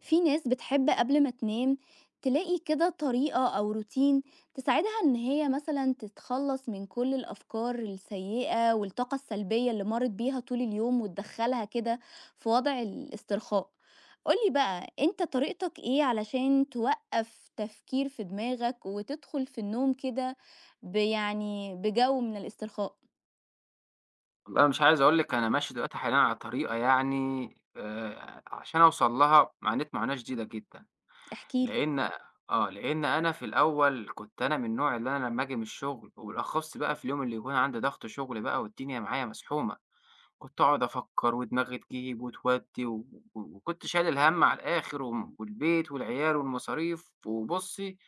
في ناس بتحب قبل ما تنام تلاقي كده طريقة أو روتين تساعدها إن هي مثلا تتخلص من كل الأفكار السيئة والطاقة السلبية اللي مرت بيها طول اليوم وتدخلها كده في وضع الاسترخاء. قولي بقى انت طريقتك ايه علشان توقف تفكير في دماغك وتدخل في النوم كده بجو من الاسترخاء. والله مش عايز أقول لِك أنا ماشي دلوقتي حاليًا على طريقة يعني عشان أوصل لها عانيت معاناة شديدة جدًا، احكيلي. لإن لإن أنا في الأول كنت أنا من النوع اللي أنا لمّا آجي من الشغل وبالأخص بقى في اليوم اللي يكون عندي ضغط شغل بقى والدنيا معايا مزحومة، كنت أقعد أفكّر ودماغي تجيب وتودّي، وكنت شايل الهَم على الآخر والبيت والعيال والمصاريف، وبُصّي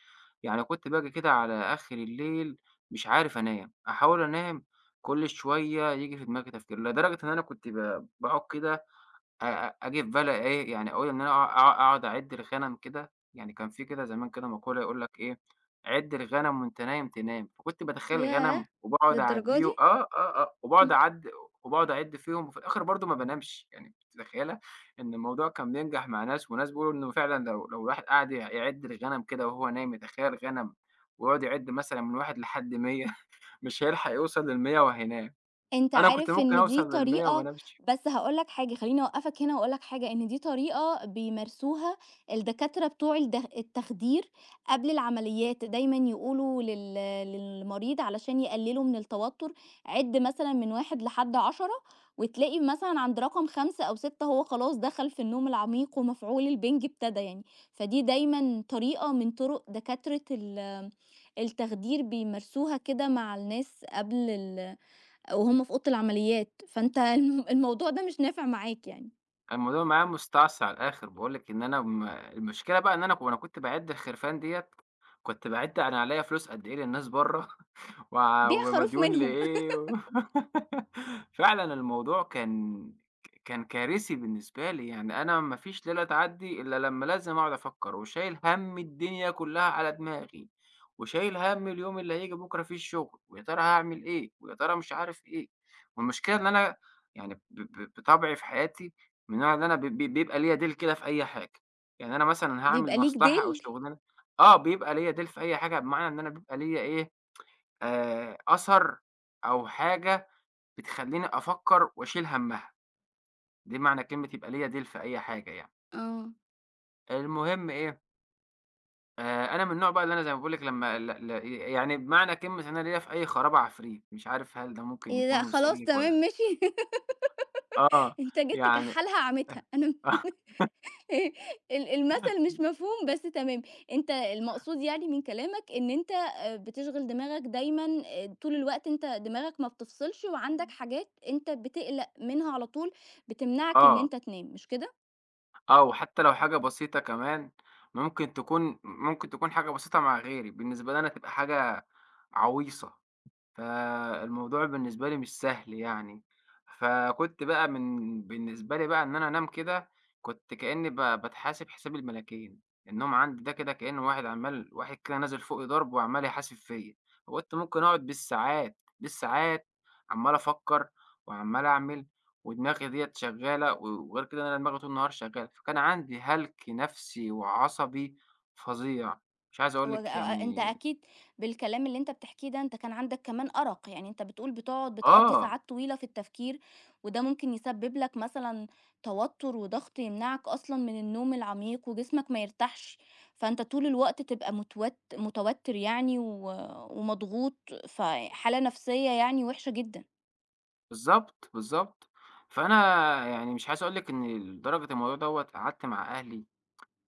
يعني كنت باجي كده على آخر الليل مش عارف أنام، أحاول أنام كل شوية ييجي في دماغي تفكير، لدرجة إن أنا كنت باقعد كده أ أ آجي في بالي إيه، يعني أقول إن أنا أقعد أعِد الغنم كده، يعني كان في كده زمان كده مقولة يقول لك إيه، عِد الغنم وأنت نايم تنام، فكنت باتخيّل ياه، الغنم وباقعد أعدّيه للدرجة آه، آه، آه، دي! وباقعد أعد وباقعد أعِد فيهم وفي الآخر برضه ما بانامش، يعني أنتِ متخيّلة إن الموضوع كان بينجح مع ناس وناس بيقولوا إنه فعلًا لو الواحد قعد يعِد الغنم كده وهو نايم، يتخيّل غنم ويقعد يعِد مثلًا من 1 لحد 100 مش هيلحق يوصل لل100 وهينام، أنت أنا كنت عارف ممكن إن دي أوصل لل100 وما طريقة؟ انامش. بس هاقول لك حاجة، خلّيني أوقّفك هنا وأقول لك حاجة، إن دي طريقة بيمارسوها الدكاترة بتوع التخدير قبل العمليات، دايمًا يقولوا للمريض علشان يقللوا من التوتر، عِد مثلًا من 1 لحد 10 وتلاقي مثلًا عند رقم 5 أو 6 هو خلاص دخل في النوم العميق ومفعول البنج ابتدى يعني، فدي دايمًا طريقة من طرق دكاترة التخدير بيمارسوها كده مع الناس قبل ال وهُم في أوضة العمليات، فأنت الموضوع ده مش نافع معاك يعني. الموضوع معايا مُستعصي على الآخر، باقول لِك إن أنا م المشكلة بقى إن أنا كنت باعِد الخرفان ديّة، كنت باعِد أنا عليّا فلوس قد إيه للناس برّه بيع خروف ومديون منهم لإيه و فعلًا الموضوع كان كان كارثي بالنسبة لي، يعني أنا ما فيش ليلة تعدّي إلا لمّا لازم أقعد أفكّر وشايل هَم الدنيا كُلّها على دماغي، وشايل هَم اليوم اللي هييجي بُكرة فيه الشغل، ويا ترى هاعمل إيه، ويا ترى مش عارف إيه. والمشكلة إن أنا يعني ب ب بطبعي في حياتي من النوع اللي أنا ب ب بيبقى ليّا ديل كده في أي حاجة، يعني أنا مثلًا هاعمل بيبقى ليك مصلحة أو ديل. شغلانة آه، بيبقى ليّا ديل في أي حاجة بمعنى إن أنا بيبقى ليّا إيه، أثر أو حاجة بتخلّيني أفكّر وأشيل هَمّها، دي معنى كلمة يبقى ليّا ديل في أي حاجة يعني. آه، المهم إيه، أنا من النوع بقى اللي أنا زي ما باقول لِك لمّا ل ل يعني بمعنى كلمة إن أنا ليّا في أي خراب عفريت، مش عارف هل ده ممكن إيه، يكون لأ وصل خلاص لِك تمام والّا ماشي آه، أنت جيت يعني تكحّلها عمتها أنا المثل مش مفهوم بس تمام. أنت المقصود يعني من كلامك إن أنت بتشغِل دماغك دايمًا، طول الوقت أنت دماغك ما بتفصلش وعندك حاجات أنت بتقلق منها على طول، بتمنعك إن آه. أنت تنام، مش كده؟ آه، وحتى لو حاجة بسيطة كمان ممكن تكون حاجة بسيطة مع غيري، بالنسبة لي أنا تبقى حاجة عويصة، فالموضوع بالنسبة لي مش سهل يعني، فكنت بقى من بالنسبة لي بقى إن أنا أنام كده، كنت كإني باتحاسب حساب الملاكين، النوم عندي ده كده كإنه واحد عمّال واحد كده نازل فوقي ضرب وعمّال يحاسب فيّا، فكنت ممكن أقعد بالساعات، بالساعات عمّال أفكّر وعمّال أعمل ودماغي ديّة شغّالة وغير كده أنا دماغي طول النهار شغّالة، فكان عندي هلْك نَفْسي وعصبي فظيع، مش عايز أقول هو أ لِك أ أنت يعني أكيد بالكلام اللي أنت بتحكيه ده أنت كان عندك كمان أرق، يعني أنت بتقول بتقعد بتقضّي آه. ساعات طويلة في التفكير، وده ممكن يسبب لك مثلًا توتر وضغط يمنعك أصلًا من النوم العميق وجسمك ما يرتاحش، فأنت طول الوقت تبقى متوتر يعني، ومضغوط، فحالة نفسية يعني وحشة جدًا. بالضبط، بالضبط. فأنا يعني مش عايز أقول لِك إن لدرجة الموضوع دوّة قعدت مع أهلي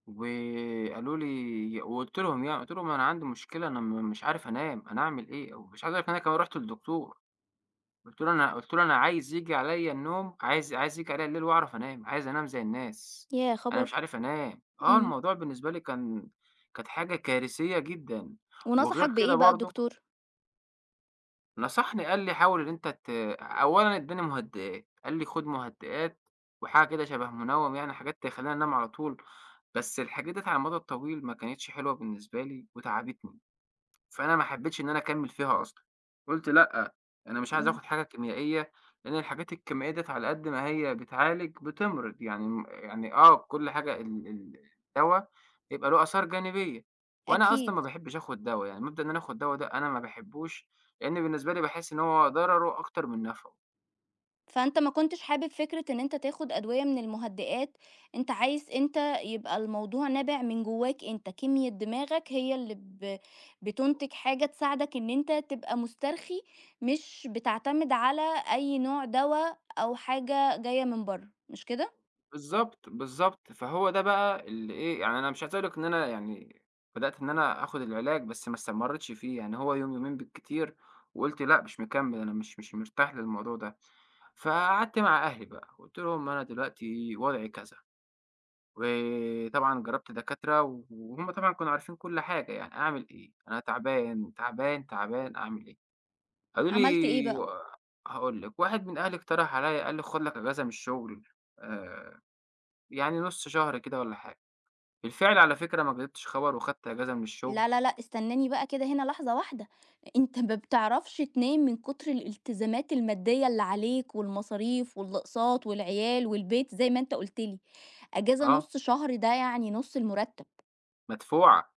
وقالوا لي وقُلت لهم يعني، قُلت لهم: "أنا عندي مشكلة، أنا م مش عارف أنام، أنا أعمل إيه؟" ومش عايز أقول لِك إن أنا كمان رُحت للدكتور، قُلت له: "أنا" قُلت له: "أنا عايز ييجي عليّا النوم، عايز ييجي عليّا الليل وأعرف أنام، عايز أنام زي الناس، ياه، أنا خبر! مش عارف أنام." آه، إمم. الموضوع بالنسبة لي كان كانت حاجة كارثية جدًا، وغير ونصحك كده بإيه بقى برضه الدكتور؟ نصحني قال لي: "حاول إن أنت ت" أولًا ادّاني مهدئات، قال لي: "خُد مهدئات وحاجة كده شبه منوّم يعني حاجات تخلّيني أنام على طول." بس الحاجات ديّة على المدى الطويل ما كانتش حلوة بالنسبة لي وتعبتني. فأنا ما حبيتش إن أنا أكمّل فيها أصلًا، قُلت لأ، أنا مش عايز إمم. آخُد حاجة كيميائية، لإن الحاجات الكيميائية ديّة على قد ما هي بتعالج بتمرض، يعني م يعني آه، كل حاجة ال ال الدوا بيبقى له آثار جانبية، وأنا أصلًا أكيد. ما باحبش آخُد دوا، يعني مبدأ إن أنا آخُد دوا ده أنا ما باحبّوش، لإن بالنسبة لي باحس إن هو ضرره أكتر من نفعه. فأنت ما كنتش حابب فكرة إن أنت تاخد أدوية من المهدئات، أنت عايز أنت يبقى الموضوع نابع من جواك أنت، كيميا دماغك هي اللي بتُنتج حاجة تساعدك إن أنت تبقى مسترخي، مش بتعتمد على أي نوع دوا أو حاجة جاية من برّه، مش كده؟ بالضبط، بالضبط. فهو ده بقى اللي إيه، يعني أنا مش عايز أقول لك إن أنا يعني بدأت إن أنا آخُد العلاج، بس ما استمرّيتش فيه، يعني هو يوم، يومين بالكتير وقُلت لأ، مش مكمّل، أنا مش مرتاح للموضوع ده. فقعدت مع أهلي بقى، قُلت لهم أنا دلوقتي وضعي كذا، وطبعًا جرّبت دكاترة وهُم طبعًا كانوا عارفين كل حاجة، يعني أعمل إيه؟ أنا تعبان، تعبان، تعبان، أعمل إيه؟ قالوا عملت إيه لي بقى؟ هاقول لك، واحد من أهلي اقترح عليّا قال لي خُد لك إجازة من الشُغل آآ يعني نُص شهر كده والّا حاجة. بالفعل على فكرة ما كدبتش خبر وخدت إجازة من الشغل لا، لا، لأ، استناني بقى كده هنا لحظة واحدة. أنت ما بتعرفش تنام من كتر الالتزامات المادية اللي عليك والمصاريف والأقساط والعيال والبيت زي ما أنت قُلت لي، أجازة آه، نُص شهر ده يعني نُص المرتب، مدفوعة،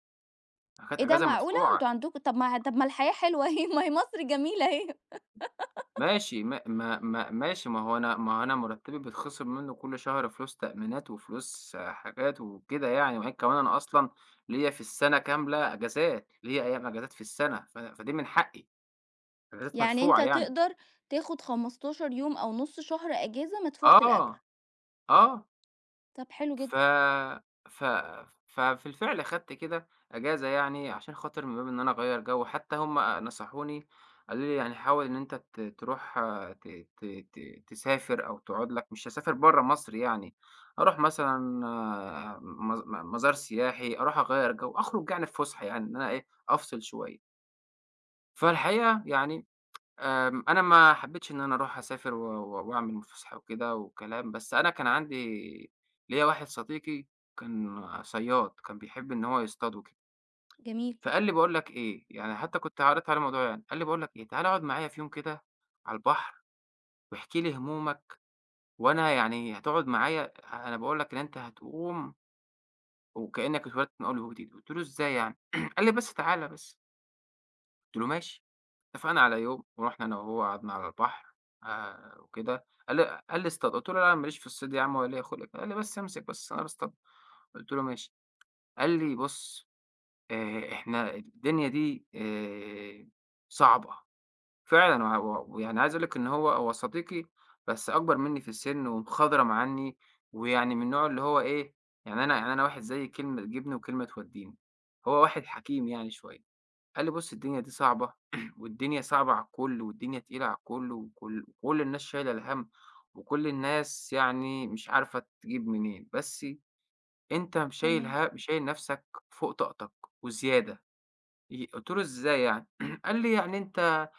أخدت إيه ده إجازة معقولة! مدفوعة، أنتم عندكم، طب ما طب ما الحياة حلوة أهي ما هي مصر جميلة أهي. ماشي ما هو أنا مرتبي بيتخصم منه كل شهر فلوس تأمينات وفلوس آه، حاجات وكده يعني، وبعدين كمان أنا أصلًا ليّا في السنة كاملة إجازات، ليّا أيام إجازات في السنة، فدي من حقي، إجازات يعني أنت مدفوعة يعني. تقدر تاخد 15 يوم أو نُص شهر أجازة مدفوعة آه، الأجر، آه. طب حلو جدًا. ف ف ففي الفعل أخدت كده أجازة يعني عشان خاطر من باب إن أنا أغيّر جو، حتى هُم نصحوني قالوا لي: "يعني حاول إن أنت تروح آه، ت ت ت تسافر أو تقعد لك" مش هاسافر برّه مصر يعني، أروح مثلًا آه، مز م مزار سياحي، أروح أغيّر جو، أخرج يعني في فُسحة يعني إن أنا إيه، أفصل شوية. فالحقيقة يعني أنا ما حبيتش إن أنا أروح أسافر و و وأعمل فسحة وكده وكلام، بس أنا كان عندي ليّا واحد صديقي كان صياد، كان بيحب إن هو يصطاد وكده، جميل. فقال لي: "باقول لك إيه" يعني حتى كنت عرضت عليه الموضوع يعني، قال لي: "باقول لك إيه، تعالَ اقعد معايا في يوم كده على البحر واحكِ لي همومك، وأنا يعني هتقعد معايا أنا باقول لك إن أنت هتقوم وكأنك اتولدت من أول وجديد." قُلت له: "إزاي يعني؟" قال لي: "بس تعالَ بس." قُلت له: "ماشي." اتفقنا على يوم ورُحنا أنا وهو قعدنا على البحر وكده، قال لي اصطاد، قُلت له: "لا، أنا ما ليش في الصيد يا عم ولا ليّا خُلْق." قال لي: "بس امسك بس أنا باصطاد." قُلت له: "ماشي." قال لي: "بُص، إحنا الدنيا دي صعبة." فعلًا و ويعني عايز أقول لك إن هو صديقي بس أكبر منّي في السِن ومخضرم عنّي، ويعني من النوع اللي هو إيه، يعني أنا يعني أنا واحد زي كلمة تجيبني وكلمة تودّيني، هو واحد حكيم يعني شوية. قال لي: "بُص الدنيا دي صعبة، والدنيا صعبة على الكل، والدنيا تقيلة على الكل، وكل الناس شايلة الهَم، وكل الناس يعني مش عارفة تجيب منين، بس أنت تمام. شايل نَفْسك فوق طاقتك وزيادة." قُلت له: "إزاي يعني؟" قال لي: "يعني أنت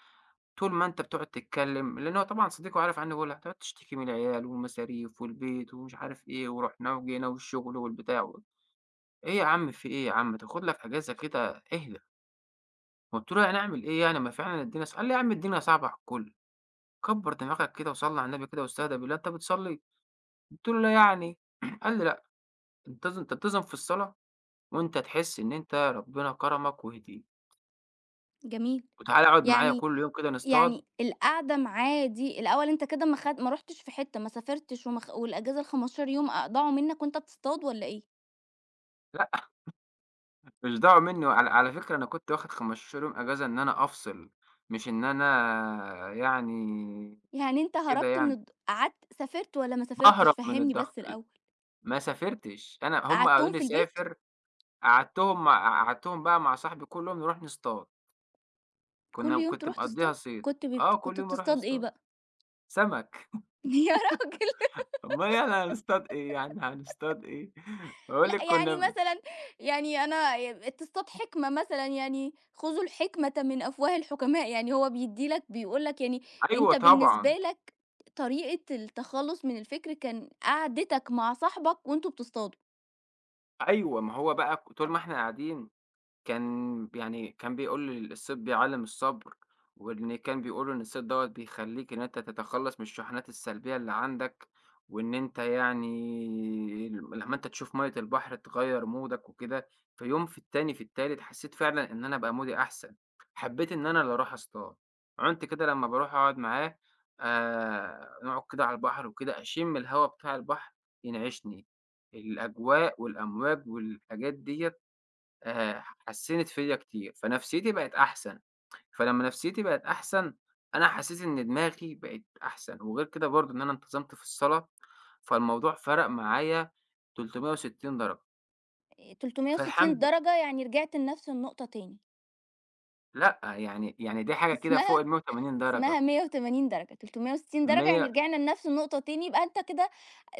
طول ما أنت بتقعد تتكلم" لإن هو طبعًا صديقي وعارف عنّي كل حاجة، "هتقعد تشتكي من العيال والمصاريف والبيت ومش عارف إيه، ورُحنا وجينا والشغل والبتاع و" إيه يا عم في إيه يا عم؟ تاخُد لك أجازة كده اهدا." قُلت له: "يعني أعمل إيه يعني ما فعلًا الدنيا ص" قال لي: "يا عم الدنيا صعبة على الكل، كبّر دماغك كده وصلّي على النبي كده واستهدى بالله، أنت بتصلّي؟" قُلت له: "لا يعني." قال لي: "لأ، تنتظم في الصلاة وأنت تحس إن أنت ربنا كرمك وهديك، جميل. وتعالَ اقعد معايا يعني كل يوم كده نصطاد." يعني القعدة معاه دي الأول أنت كده ما رُحتش في حتّة، ما سافرتش وما خ والأجازة ال15 يوم أضاعوا منّك وأنت بتصطاد والّا إيه؟ لأ مش دعوة منّي، وعلى فكرة أنا كنت واخد 15 يوم إجازة إن أنا أفصل، مش إن أنا يعني يعني أنت كده هربت من يعني، قعدت سافرت والّا ما سافرتش؟ باهرب من فهّمني الضغط بس الأول. ما سافرتش، أنا هُم قالوا قعدتهم لي في البيت؟ سافر، قعدتهم بقى مع صاحبي كلّهم نروح نصطاد. كل يوم كنت تروح مقضّيها تصطاد؟ صيد، آه كل كنت يوم أروح بتصطاد إيه أصطاد بقى؟ سمك، يا راجل! أومال يعني هنصطاد إيه يعني هنصطاد إيه؟ باقول لأ، لِك كنا يعني ب مثلًا، يعني أنا تصطاد حكمة مثلًا، يعني خُذوا الحكمة من أفواه الحكماء، يعني هو بيدّي لك بيقول لك يعني أيوه أنت بالنسبة طبعًا، لك طريقة التخلُّص من الفكر كان قعدتك مع صاحبك وأنتم بتصطادوا. أيوه ما هو بقى طول ما إحنا قاعدين كان يعني كان بيقول لي الصيد بيعلّم الصبر، وإن كان بيقول إن الصيد دوّة بيخلّيك إن أنت تتخلّص من الشحنات السلبية اللي عندك، وإن أنت يعني لمّا أنت تشوف مَيّة البحر تغيّر مودك وكده، في يوم في التاني في التالت حسّيت فعلًا إن أنا بقى مودي أحسن، حبّيت إن أنا اللي أروح اصطاد، عُنت كده لمّا باروح أقعد معاه نقعد كده على البحر وكده أشِم الهوا بتاع البحر ينعشني، الأجواء والأمواج والحاجات ديّة آآ حسّنت فيّا كتير، فنفسيتي بقت أحسن، فلمّا نفسيتي بقت أحسن، أنا حسّيت إن دماغي بقت أحسن، وغير كده برضه إن أنا انتظمت في الصلاة، فالموضوع فرَق معايا 360 درجة، آآ، فالحمد 360 درجة يعني رجعت لنفس النقطة تاني. لأ، يعني يعني دي حاجة كده فوق اسمها ال180 درجة، اسمها 180 درجة، 360 درجة يعني 100 رجعنا لنفس النقطة تاني، يبقى أنت كده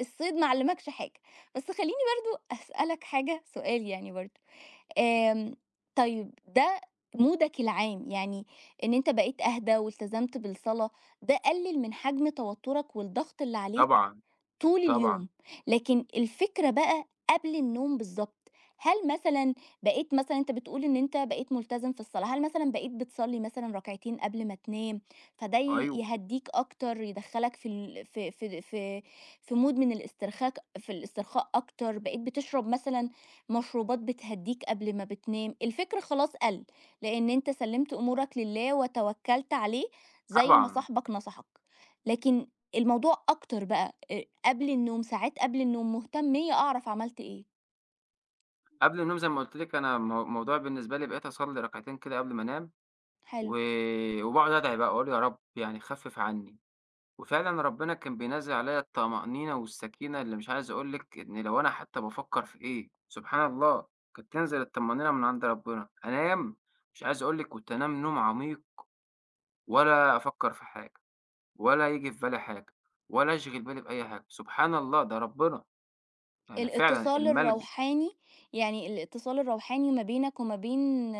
الصيد ما علّمكش حاجة. بس خلّيني برضه أسألك حاجة، سؤال يعني برضه. آمم، طيب ده مودك العام، يعني إن أنت بقيت أهدى والتزمت بالصلاة، ده قلل من حجم توترك والضغط اللي عليك؟ طبعًا، طول طبعًا، اليوم، لكن الفكرة بقى قبل النوم بالضبط، هل مثلًا بقيت مثلًا أنت بتقول إن أنت بقيت ملتزم في الصلاة، هل مثلًا بقيت بتصلي مثلًا ركعتين قبل ما تنام، فده أيوه، يهدّيك أكتر، يدخّلك في ال في في في في mood من في الاسترخاء أكتر، بقيت بتشرب مثلًا مشروبات بتهدّيك قبل ما بتنام، الفكر خلاص قَل، لإن أنت سلِّمت أمورك لله وتوكّلت عليه زي ما طبعًا. صاحبك نصحك، لكن الموضوع أكتر بقى، قبل النوم ساعات قبل النوم مهتمية أعرف عملت إيه. قبل النوم زي ما قُلت لِك أنا الموضوع بالنسبة لي بقيت أصلّي ركعتين كده قبل ما أنام، حلو. و وباقعد أدعي بقى، أقول يا رب يعني خفِّف عني. وفعلًا ربنا كان بينزّل عليَّ الطمأنينة والسكينة اللي مش عايز أقول لِك إن لو أنا حتى بافكّر في إيه، سبحان الله، كانت تنزل الطمأنينة من عند ربنا، أنام مش عايز أقول لِك كنت أنام نوم عميق ولا أفكّر في حاجة ولا ييجي في بالي حاجة ولا أشغِل بالي بأي حاجة، سبحان الله ده ربنا، يعني فعلًا الاتصال الملجأ الروحاني، يعني الاتصال الروحاني ما بينك وما بين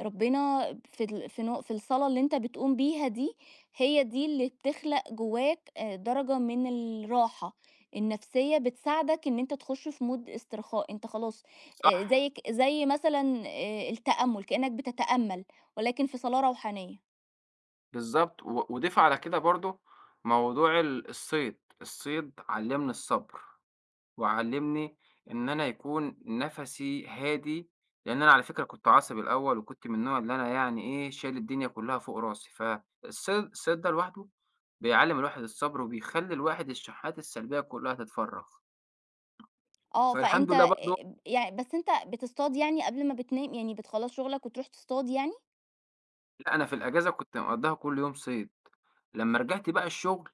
ربنا في ال في نو في الصلاة اللي أنت بتقوم بيها دي، هي دي اللي بتخلق جواك درجة من الراحة النفسية، بتساعدك إن أنت تخش في mood استرخاء، أنت خلاص، صح، زيك زي مثلًا التأمل، كأنك بتتأمل ولكن في صلاة روحانية. بالضبط، وضيف على كده برضه موضوع الصيد، الصيد علّمني الصبر. وعلّمني إن أنا يكون نَفَسي هادي، لإن أنا على فكرة كنت عصبي الأول وكنت من النوع اللي أنا يعني إيه، شايل الدنيا كلّها فوق راسي، الصيد ده لوحده بيعلّم الواحد الصبر وبيخلّي الواحد الشحات السلبية كلّها تتفرّغ، آه، فالحمد فأنت، لله برضه يع بس أنت بتصطاد يعني قبل ما بتنام، يعني بتخلّص شغلك وتروح تصطاد يعني؟ لأ أنا في الأجازة كنت مقضّيها كل يوم صيد، لمّا رجعت بقى الشغل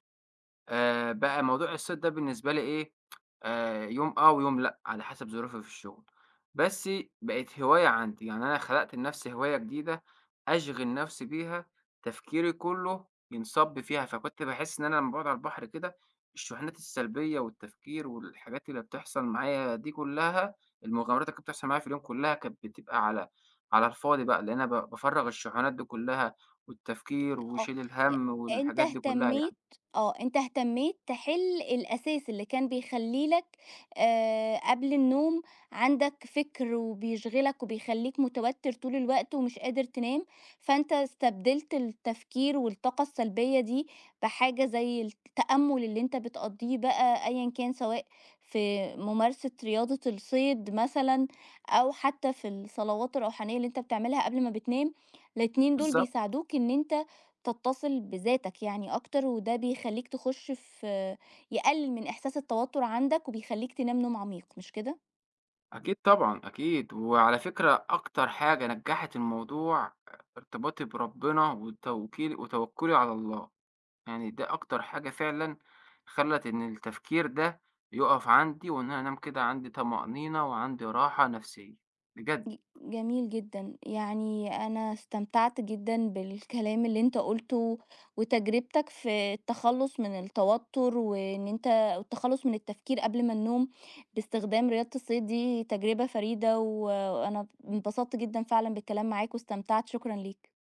بقى موضوع الصيد ده بالنسبة لي إيه، يوم آه ويوم لأ، على حسب ظروفي في الشغل. بس بقت هواية عندي، يعني أنا خلقت لنفسي هواية جديدة أشغِل نفسي بيها، تفكيري كُلّه ينصب فيها، فكنت باحس إن أنا لمّا باقعد على البحر كده، الشحنات السلبية والتفكير والحاجات اللي بتحصل معايا دي كُلّها، المغامرات اللي كانت بتحصل معايا في اليوم كُلّها كانت بتبقى على الفاضي بقى، لإن أنا بافرّغ الشحنات دي كُلّها والتفكير آه، وشيل ي الهَم أنت والحاجات دي كُلّها يعني. اهتميت، آه، أنت اهتميت تحل الأساس اللي كان بيخلّي لك قبل النوم عندك فِكر وبيشغلك وبيخلّيك متوتر طول الوقت ومش قادر تنام، فأنت استبدلت التفكير والطاقة السلبية دي بحاجة زي التأمُّل اللي أنت بتقضّيه بقى أيًا كان، سواء في ممارسة رياضة الصيد مثلًا أو حتى في الصلوات الروحانية اللي أنت بتعملها قبل ما بتنام، الاتنين دول بالضبط. بيساعدوك إن أنت تتصل بذاتك يعني أكتر، وده بيخلّيك تخُش في، يقلل من إحساس التوتر عندك، وبيخلّيك تنام نوم عميق، مش كده؟ أكيد طبعًا، أكيد، وعلى فكرة أكتر حاجة نجّحت الموضوع ارتباطي بربنا وتوكُّلي على الله، يعني ده أكتر حاجة فعلًا خلّت إن التفكير ده يُقف عندي وإن أنا أنام كده عندي طمأنينة وعندي راحة نفسية، بجد. جميل جدًا، يعني أنا استمتعت جدًا بالكلام اللي أنت قُلته، وتجربتك في التخلُّص من التوتر، وإن أنت والتخلُّص من التفكير قبل ما النوم باستخدام رياضة الصيد دي تجربة فريدة، وأنا انبسطت جدًا فعلًا بالكلام معاك واستمتعت، شكرًا ليك.